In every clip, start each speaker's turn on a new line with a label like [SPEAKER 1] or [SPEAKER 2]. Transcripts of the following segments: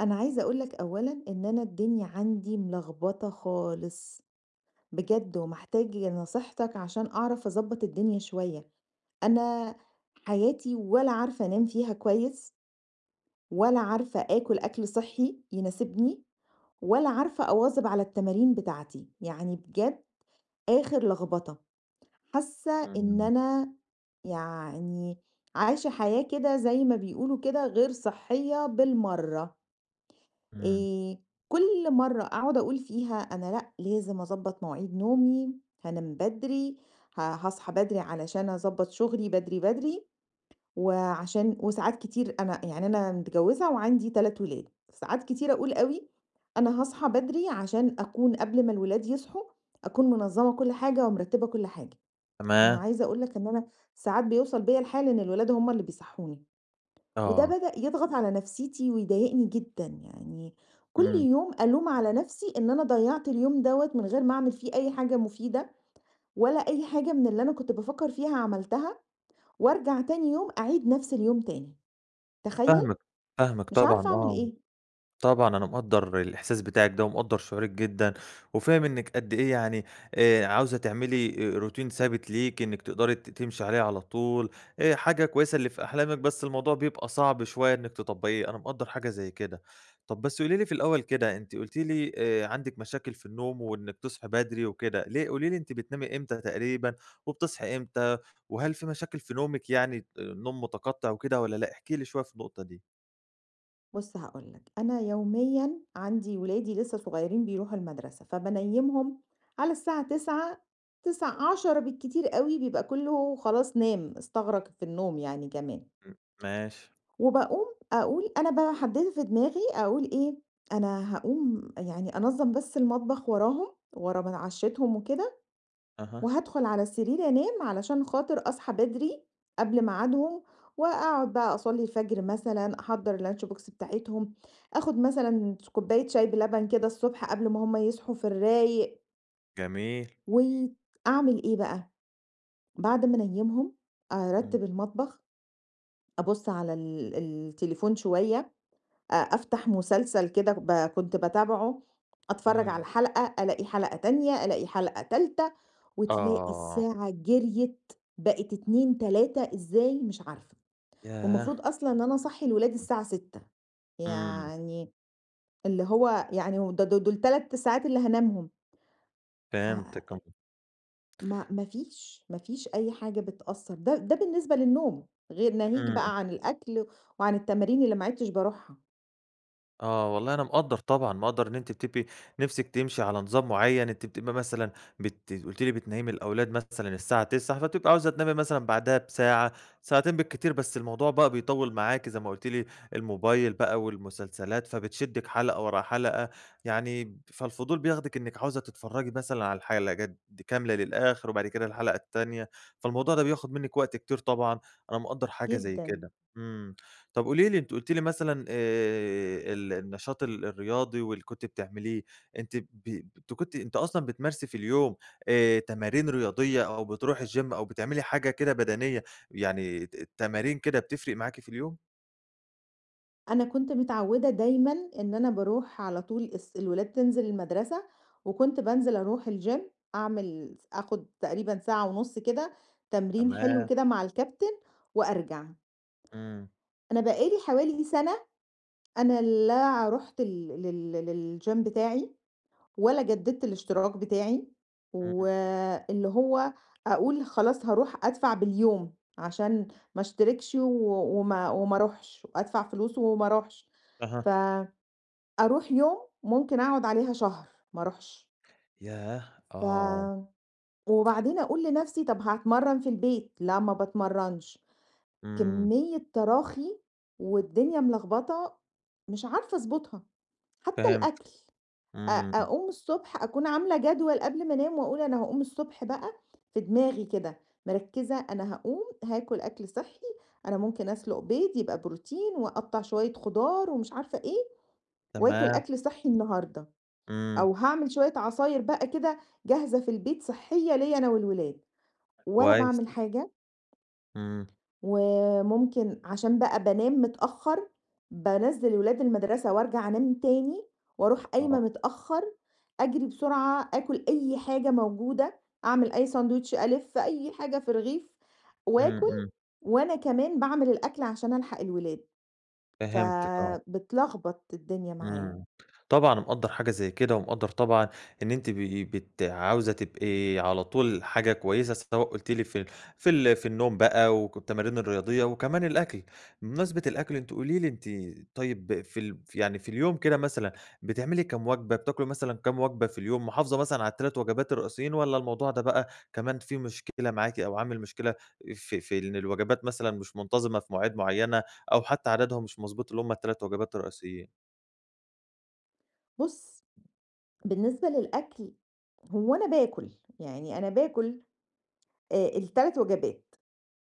[SPEAKER 1] أنا عايزة أقول لك أولًا إن أنا الدنيا عندي ملخبطة خالص، بجد ومحتاج نصيحتك عشان أعرف أضبّط الدنيا شوية، أنا حياتي ولا عارفة أنام فيها كويس، ولا عارفة آكل أكل صحّي يناسبني، ولا عارفة أواظب على التمارين بتاعتي، يعني بجد آخر لخبطة، حاسة إن
[SPEAKER 2] إمم،
[SPEAKER 1] أنا يعني عايشة حياة كده زي ما بيقولوا كده غير صحّية بالمرّة.
[SPEAKER 2] إمم،
[SPEAKER 1] آآ كل مرّة أقعد أقول فيها أنا لأ، لازم أضبّط مواعيد نومي، هانام بدري، هاصحى بدري علشان أضبّط شغلي بدري، بدري، وعشان وساعات كتير أنا يعني أنا متجوّزة وعندي 3 ولاد، ساعات كتير أقول أوي أنا هاصحى بدري عشان أكون قبل ما الولاد يصحوا، أكون منظّمة كل حاجة ومرتّبة كل حاجة. أنا
[SPEAKER 2] تمام،
[SPEAKER 1] عايزة أقول لك إن أنا ساعات بيوصل بيّا الحال إن الولاد هم اللي بيصحّوني. وده
[SPEAKER 2] آه،
[SPEAKER 1] بدأ يضغط على نفسيتي ويضايقني جدًا، يعني كل
[SPEAKER 2] إمم،
[SPEAKER 1] يوم ألوم على نفسي إن أنا ضيّعت اليوم دوّة من غير ما أعمل فيه أي حاجة مفيدة، ولا أي حاجة من اللي أنا كنت بافكّر فيها عملتها، وارجع تاني يوم أعيد نفس اليوم تاني، تخيّل؟
[SPEAKER 2] فاهمِك، فاهمِك
[SPEAKER 1] مش
[SPEAKER 2] طبعًا،
[SPEAKER 1] عارفة أعمل
[SPEAKER 2] آه.
[SPEAKER 1] إيه.
[SPEAKER 2] طبعًا أنا مقدّر الإحساس بتاعِك ده، ومقدّر شعورِك جدًا، وفاهم إنِّك قد إيه يعني عاوزة تعملي آه، روتين ثابت ليكِ، إنِّك تقدري تمشي عليه على طول، حاجة كويسة اللي في أحلامِك، بس الموضوع بيبقى صعب شوية إنِّك تطبّقيه، أنا مقدّر حاجة زي كده. طَب بس قولي لي في الأول كده، أنتِ قُلتِ لي عندِك مشاكل في النوم وإنِّك تصحي بدري وكده، ليه قولي لي أنتِ بتنامي إمتى تقريبًا، وبتصحي إمتى، وهل في مشاكل في نومِك يعني، آه، نوم متقطّع وكده والّا لأ؟ احكي لي شوية في النقطة دي.
[SPEAKER 1] بُص هاقول لك، أنا يوميًا عندي ولادي لسه صغيرين بيروحوا المدرسة، فبانيّمهم على الساعة 9:00، 9:10 بالكتير أوي بيبقى كُلّه خلاص نام، استغرق في النوم يعني كمان.
[SPEAKER 2] م ماشي،
[SPEAKER 1] وباقوم أقول أنا بقى حددت في دماغي أقول إيه، أنا هاقوم يعني أنظّم بس المطبخ وراهم، ورا ما أنا عشيتهم وكده،
[SPEAKER 2] أها.
[SPEAKER 1] وهادخل على السرير أنام علشان خاطر أصحى بدري قبل ميعادهم، وأقعد بقى أصلّي الفجر مثلًا، أحضّر الlunch box بتاعتهم، آخد مثلًا كوباية شاي بلبن كده الصبح قبل ما هُم يصحوا في الرايق،
[SPEAKER 2] جميل.
[SPEAKER 1] وأعمل إيه بقى، بعد ما أنيّمهم
[SPEAKER 2] إمم،
[SPEAKER 1] أرتّب المطبخ، أبُص على التليفون شوية أفتح مسلسل كده كنت باتابعه، أتفرّج
[SPEAKER 2] إمم.
[SPEAKER 1] على حلقة، ألاقي حلقة تانية، ألاقي حلقة تالتة، وتلاقي
[SPEAKER 2] آه،
[SPEAKER 1] الساعة جريت بقت 14:00، 15:00 إزاي مش عارفة،
[SPEAKER 2] ياه!
[SPEAKER 1] والمفروض أصلًا إن أنا أصحّي الولاد الساعة 6:00
[SPEAKER 2] إمم،
[SPEAKER 1] يعني اللي هو يعني و ده د دول 3 ساعات اللي هانامهم، ف
[SPEAKER 2] فهمتِك، إمم،
[SPEAKER 1] ما فيش أي حاجة بتأثّر، ده بالنسبة للنوم، غير ناهيك
[SPEAKER 2] إمم.
[SPEAKER 1] بقى عن الأكل وعن التمارين اللي ما عدتش باروحها،
[SPEAKER 2] آه، والله أنا مقدّر طبعًا، مقدّر إن أنتِ بتبقي نِفْسِك تمشي على نظام معيّن، أنتِ بتبقى مثلًا قُلتِ لي بتنيّمي الأولاد مثلًا الساعة 21:00 فبتبقى عاوزة تنامي مثلًا بعدها بساعة، ساعتين بالكتير، بس الموضوع بقى بيطوّل معاكِ زي ما قُلتِ لي الموبايل بقى والمسلسلات، فبتشدِّك حلقة ورا حلقة، يعني فالفضول بياخدِك إنِّك عاوزة تتفرّجي مثلًا على الحلقات دي كاملة للآخر وبعد كده الحلقة التانية، فالموضوع ده بياخُد منِّك وقت كتير طبعًا، أنا مقدّر حاجة زي
[SPEAKER 1] جدًا.
[SPEAKER 2] كده. إمم. طب قولي لي أنتِ قُلتِ لي مثلًا ال النشاط الرياضي واللي كنتِ بتعمليه، أنتِ ب أنتِ كنتِ أصلًا بتمارسي في اليوم تمارين رياضية أو بتروحي الgym أو بتعملي حاجة كده بدنية، يعني تمارين كده بتفرق معاكِ في اليوم؟
[SPEAKER 1] أنا كنت متعودة دايمًا إن أنا باروح على طول الولاد تنزل المدرسة، وكنت بانزل أروح الgym أعمل آخد تقريبًا ساعة ونُص كده تمرين حلو
[SPEAKER 2] تمام،
[SPEAKER 1] كده مع الكابتن وأرجع.
[SPEAKER 2] إمم،
[SPEAKER 1] أنا بقى لي حوالي سَنة أنا لا رُحت ال لل للgym بتاعي ولا جددت الاشتراك بتاعي،
[SPEAKER 2] إمم،
[SPEAKER 1] واللي هو أقول خلاص هاروح أدفع باليوم عشان ما اشتركش و وما وما أروحش، وأدفع فلوس وما أروحش. ف
[SPEAKER 2] أها،
[SPEAKER 1] أروح يوم ممكن أقعد عليها شهر ما أروحش،
[SPEAKER 2] ياه! آه،
[SPEAKER 1] ف وبعدين أقول لنفسي طب هاتمرن في البيت، لا ما باتمرنش،
[SPEAKER 2] إمم،
[SPEAKER 1] كمية تراخي والدنيا ملخبطة مش عارفة أضبطها، حتى
[SPEAKER 2] فهمت،
[SPEAKER 1] الأكل أ
[SPEAKER 2] إمم،
[SPEAKER 1] أقوم الصبح أكون عاملة جدول قبل ما أنام وأقول أنا هاقوم الصبح بقى في دماغي كده مركزة أنا هاقوم هاكل أكل صحي، أنا ممكن أسلق بيض يبقى بروتين وأقطع شوية خضار ومش عارفة إيه، وآكل
[SPEAKER 2] تمام،
[SPEAKER 1] أكل صحي النهاردة.
[SPEAKER 2] إمم،
[SPEAKER 1] أو هاعمل شوية عصاير بقى كده جاهزة في البيت صحية ليّا أنا والولاد، ولا
[SPEAKER 2] كويس،
[SPEAKER 1] باعمل حاجة،
[SPEAKER 2] إمم،
[SPEAKER 1] وممكن عشان بقى بانام متأخر، بانزّل الولاد المدرسة وارجع أنام تاني، واروح قايمة
[SPEAKER 2] آه.
[SPEAKER 1] متأخر، أجري بسرعة آكل أي حاجة موجودة، أعمل أي ساندوتش ألِف أي حاجة في رغيف
[SPEAKER 2] إمم،
[SPEAKER 1] وآكل،
[SPEAKER 2] إمم،
[SPEAKER 1] وأنا كمان باعمل الأكل عشان ألحق الولاد،
[SPEAKER 2] فهمتِك آه.
[SPEAKER 1] فبتلخبط الدنيا معايا.
[SPEAKER 2] إمم. طبعًا مقدّر حاجة زي كده، ومقدّر طبعًا إن أنتِ ب عاوزة تبقي على طول حاجة كويسة، سواء قُلتِ لي في في النوم بقى والتمارين الرياضية وكمان الأكل. بمناسبة الأكل أنتِ قولي لي أنتِ طيب في ال يعني في اليوم كده مثلًا بتعملي كام وجبة، بتاكلي مثلًا كام وجبة في اليوم، محافظة مثلًا على ال3 وجبات الرئيسيين والّا الموضوع ده بقى كمان فيه مشكلة معاكِ أو عامل مشكلة في إن الوجبات مثلًا مش منتظمة في مواعيد معيّنة أو حتى عددهم مش مضبوط اللي هم ال3 وجبات الرئيسيين؟
[SPEAKER 1] بُص بالنسبة للأكل، هو أنا باكُل، يعني أنا باكُل ال3 وجبات،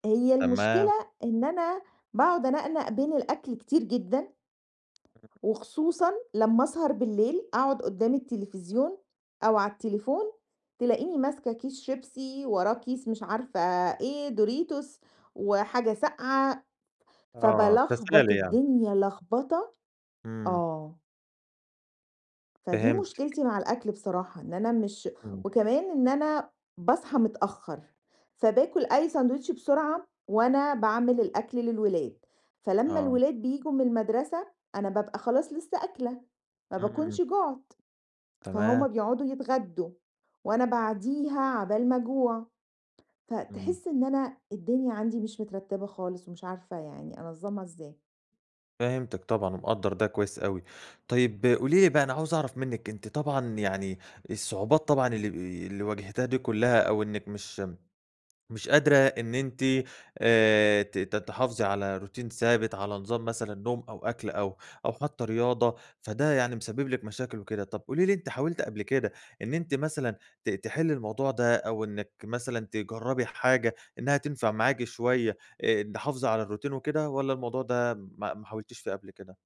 [SPEAKER 1] هي
[SPEAKER 2] تمام،
[SPEAKER 1] المشكلة إن أنا باقعد أنقنق بين الأكل كتير جدًا، وخصوصًا لمّا أسهر بالليل أقعد قدّام التلفزيون أو على التليفون، تلاقيني ماسكة كيس شيبسي، وراه كيس مش عارفة إيه، دوريتوس وحاجة ساقعة،
[SPEAKER 2] آه،
[SPEAKER 1] فبالخبط
[SPEAKER 2] تسالي يعني،
[SPEAKER 1] الدنيا لخبطة
[SPEAKER 2] إمم،
[SPEAKER 1] آه. فدي
[SPEAKER 2] فهمتِك،
[SPEAKER 1] مشكلتي مع الأكل بصراحة، إن أنا مش
[SPEAKER 2] إمم،
[SPEAKER 1] وكمان إن أنا باصحى متأخّر، فباكل أي ساندوتش بسرعة وأنا باعمل الأكل للولاد، فلمّا
[SPEAKER 2] آه،
[SPEAKER 1] الولاد بييجوا من المدرسة أنا بابقى خلاص لسه أكلة، ما
[SPEAKER 2] إمم،
[SPEAKER 1] باكونش جُعت،
[SPEAKER 2] تمام،
[SPEAKER 1] فهُم بيقعدوا يتغدّوا وأنا بعديها عقبال ما أجوع،
[SPEAKER 2] إمم،
[SPEAKER 1] فتحس إن أنا الدنيا عندي مش مترتّبة خالص ومش عارفة يعني أنظّمها إزاي.
[SPEAKER 2] فهمتِك طبعًا ومقدّر ده كويس أوي. طيب قولي لي بقى أنا عاوز أعرف منِّك أنتِ طبعًا يعني الصعوبات طبعًا اللي واجهتيها دي كلّها أو إنِّك مش قادرة إن أنتِ ت ت تحافظي على روتين ثابت، على نظام مثلًا نوم أو أكل أو أو حتى رياضة، فده يعني مسبب لِك مشاكل وكده. طب قولي لي أنتِ حاولتِ قبل كده إن أنتِ مثلًا تحلّي الموضوع ده أو إنِّك مثلًا تجرّبي حاجة إنها تنفع معاكِ شوية تحافظي على الروتين وكده والّا الموضوع ده ما حاولتيش فيه قبل كده؟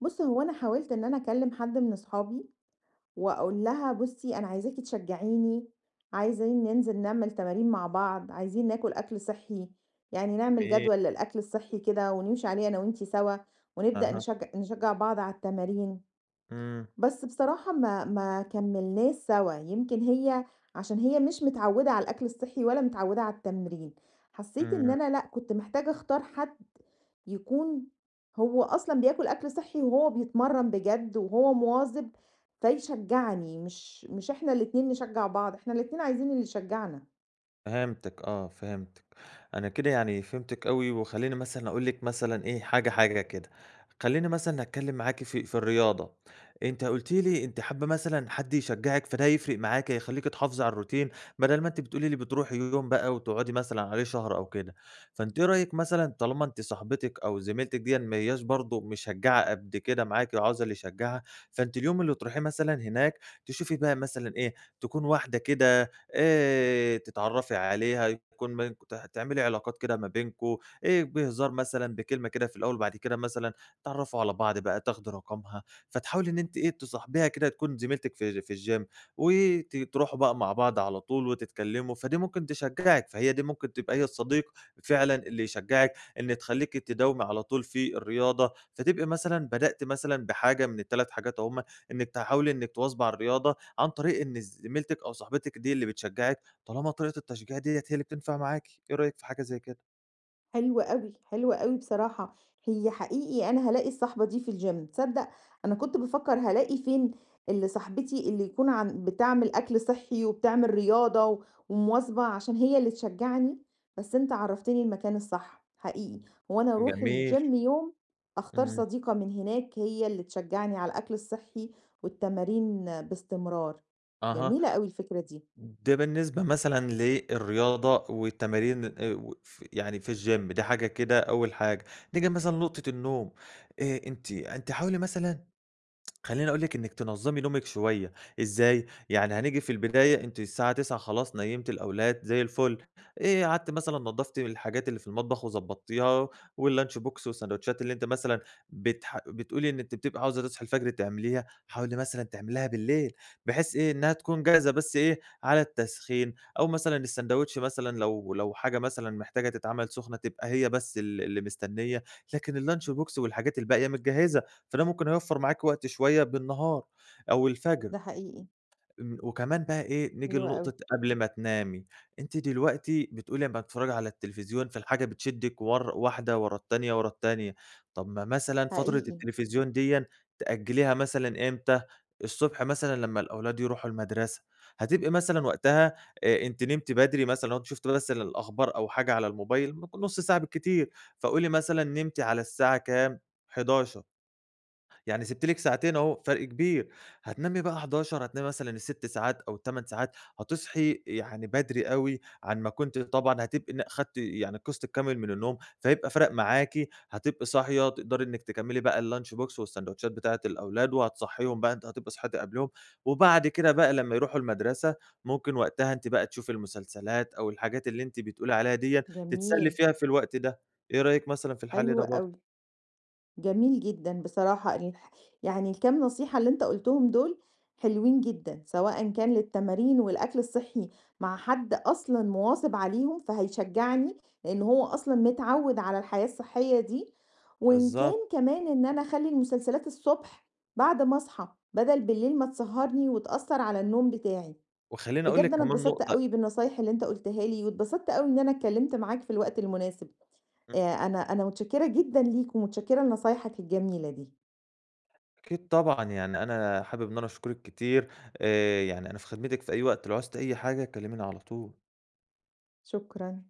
[SPEAKER 1] بُص، هو أنا حاولت إن أنا أكلّم حد من أصحابي وأقول لها بُصّي أنا عايزاكِ تشجّعيني، عايزين ننزل نعمل تمارين مع بعض، عايزين ناكل أكل صحّي، يعني نعمل
[SPEAKER 2] تمام.
[SPEAKER 1] جدول للأكل الصحّي كده ونمشي عليه أنا وأنتِ سوا، ونبدأ
[SPEAKER 2] أها.
[SPEAKER 1] نشجّع بعض على التمارين،
[SPEAKER 2] إمم.
[SPEAKER 1] بس بصراحة ما كمّلناش سوا، يمكن هي عشان هي مش متعوّدة على الأكل الصحّي ولا متعوّدة على التمرين، حسّيت إن
[SPEAKER 2] إمم.
[SPEAKER 1] أنا لأ، كنت محتاجة أختار حد يكون هو أصلًا بياكل أكل صحّي وهو بيتمرّن بجد وهو مواظب، فيشجّعني مش إحنا الاتنين نشجّع بعض، إحنا الاتنين عايزين اللي يشجّعنا.
[SPEAKER 2] فهمتِك آه، فهمتِك. أنا كده يعني فهمتِك أوي، وخلّيني مثلًا أقول لِك مثلًا إيه، حاجة، حاجة كده. خلّيني مثلًا أتكلّم معاكِ في الرياضة. أنتِ قُلتِ لي أنتِ حابّة مثلًا حد يشجّعِك، فده يفرق معاكِ، هيخلّيكِ تحافظي على الروتين، بدل ما أنتِ بتقولي لي بتروحي يوم بقى وتقعدي مثلًا عليه شهر أو كده. فأنتِ إيه رأيِك مثلًا طالما أنتِ صاحبتِك أو زميلتِك ديًّا ما هياش برضه مشجّعة قد كده معاكِ وعاوزة اللي يشجّعها، فأنتِ اليوم اللي تروحيه مثلًا هناك، تشوفي بقى مثلًا إيه، تكون واحدة كده تتعرّفي عليها، يكون بينك تعملي علاقات كده ما بينكم، بهزار مثلًا، بكلمة كده في الأول، بعد كده مثلًا تتعرّفوا على بعض بقى، تاخدي رقمها، فتحاولي إن أنتِ إيه، تصاحبيها كده تكون زميلتِك في الgym تروحوا بقى مع بعض على طول وتتكلموا، فدي ممكن تشجّعِك، فهي دي ممكن تبقى هي الصديق فعلًا اللي يشجّعِك إن تخلّيكِ تداومي على طول في الرياضة، فتبقي مثلًا بدأتِ مثلًا بحاجة من ال3 حاجات أهُم، إنِّك تحاولي إنِّك تواظبي على الرياضة عن طريق إن زميلتِك أو صاحبتِك دي اللي بتشجّعِك، طالما طريقة التشجيع ديّة هي اللي بتنفع معاكِ، إيه رأيِك في حاجة زي كده؟
[SPEAKER 1] حلو أوي، حلو أوي بصراحة، هي حقيقي أنا هالاقي الصاحبة دي في الgym تصدّق أنا كنت بافكّر هالاقي فين اللي صاحبتي اللي يكون عن بتعمل أكل صحّي وبتعمل رياضة ومواظبة عشان هي اللي تشجّعني، بس أنت عرّفتني المكان الصح حقيقي، هو أنا أروح
[SPEAKER 2] جميل،
[SPEAKER 1] الgym يوم أختار
[SPEAKER 2] إمم،
[SPEAKER 1] صديقة من هناك هي اللي تشجّعني على الأكل الصحّي والتمارين باستمرار،
[SPEAKER 2] أها،
[SPEAKER 1] جميلة أوي الفكرة دي،
[SPEAKER 2] ده بالنسبة مثلًا للرياضة والتمارين و ف يعني في الgym دي حاجة كده أول حاجة، نيجي مثلًا لنقطة النوم، أنتِ حاولي مثلًا خلّيني أقول لِك إنِّك تنظّمي نومِك شوية، إزاي؟ يعني هنيجي في البداية أنتِ الساعة 21:00 خلاص نيّمتِ الأولاد زي الفُل، قعدتِ مثلًا نضّفتِ الحاجات اللي في المطبخ وضبّطتيها واللانش بوكس والساندوتشات اللي أنتِ مثلًا بتقولي إن أنتِ بتبقي عاوزة تصحي الفجر تعمليها، حاولي مثلًا تعمليها بالليل، بحيث إيه، إنها تكون جاهزة بس إيه، على التسخين أو مثلًا الساندوتش مثلًا لو حاجة مثلًا محتاجة تتعمل سخنة تبقى هي بس اللي مستنية، لكن اللانش بوكس والحاجات الباقية متجهّزة. فده ممكن هيوفّر معاك وقت شوية بالنهار أو الفجر،
[SPEAKER 1] ده حقيقي،
[SPEAKER 2] إمم، وكمان بقى إيه، نيجي
[SPEAKER 1] حلو أوي،
[SPEAKER 2] لنقطة قبل ما تنامي، أنتِ دلوقتي بتقولي أمّا باتفرّجي على التلفزيون فالحاجة بتشدِّك واحدة ورا التانية، ورا التانية، طَب ما مثلًا فترة
[SPEAKER 1] حقيقي،
[SPEAKER 2] التلفزيون ديًا تأجّليها مثلًا إمتى، الصبح مثلًا لمّا الأولاد يروحوا المدرسة، هتبقي مثلًا وقتها أنتِ نمتِ بدري مثلًا لو أنتِ شُفتِ بس الأخبار أو حاجة على الموبايل ممكن نُص ساعة بالكتير، فقولي مثلًا نمتِ على الساعة كام، 23:00 يعني سِبت لِك ساعتين أهو، فرق كبير. هتنامي بقى 23:00 هتنامي مثلًا ال6 ساعات أو ال8 ساعات، هتصحي يعني بدري أوي عن ما كنتِ طبعًا هتبقي خدتِ يعني القسط الكامل من النوم، فهيبقى فَرَق معاكِ، هتبقي صاحية تقدري إنِّك تكمّلي بقى الlunch box والساندوتشات بتاعة الأولاد وهتصحّيهم بقى أنتِ هتبقي صحيتِ قبلهم، وبعد كده بقى لمّا يروحوا المدرسة، ممكن وقتها أنتِ بقى تشوفي المسلسلات أو الحاجات اللي أنتِ بتقولي عليها دِيّة، تتسلّي
[SPEAKER 1] جميل،
[SPEAKER 2] فيها في الوقت ده. إيه رأيِك مثلًا في الحل
[SPEAKER 1] حلو
[SPEAKER 2] ده
[SPEAKER 1] أوي.
[SPEAKER 2] برضه؟
[SPEAKER 1] جميل جدًا بصراحة يعني الكام نصيحة اللي أنت قُلتهم دول حلوين جدًا، سواء كان للتمارين والأكل الصحّي مع حد أصلًا مواظب عليهم، فهيشجعني لإن هو أصلًا متعوّد على الحياة الصحية دي، وإن كان
[SPEAKER 2] بالضبط.
[SPEAKER 1] كمان إن أنا أخلّي المسلسلات الصبح بعد ما أصحى، بدل بالليل ما تسهّرني وتأثّر على النوم بتاعي.
[SPEAKER 2] وخلّيني أقول
[SPEAKER 1] بجد
[SPEAKER 2] لِك
[SPEAKER 1] أنا
[SPEAKER 2] كمان
[SPEAKER 1] اتبسطت
[SPEAKER 2] نقطة
[SPEAKER 1] أوي بالنصايح اللي أنت قُلتها لي، واتبسطت أوي إن أنا اتكلّمت معاك في الوقت المناسب. آآ
[SPEAKER 2] إمم.
[SPEAKER 1] أنا متشكرة جدًا ليك ومتشكرة لنصايحك الجميلة دي.
[SPEAKER 2] أكيد طبعًا، يعني أنا حابب إن أنا أشكرِك كتير، يعني أنا في خدمتِك في أي وقت، لو عوزتِ أي حاجة كلميني على طول.
[SPEAKER 1] شكرًا.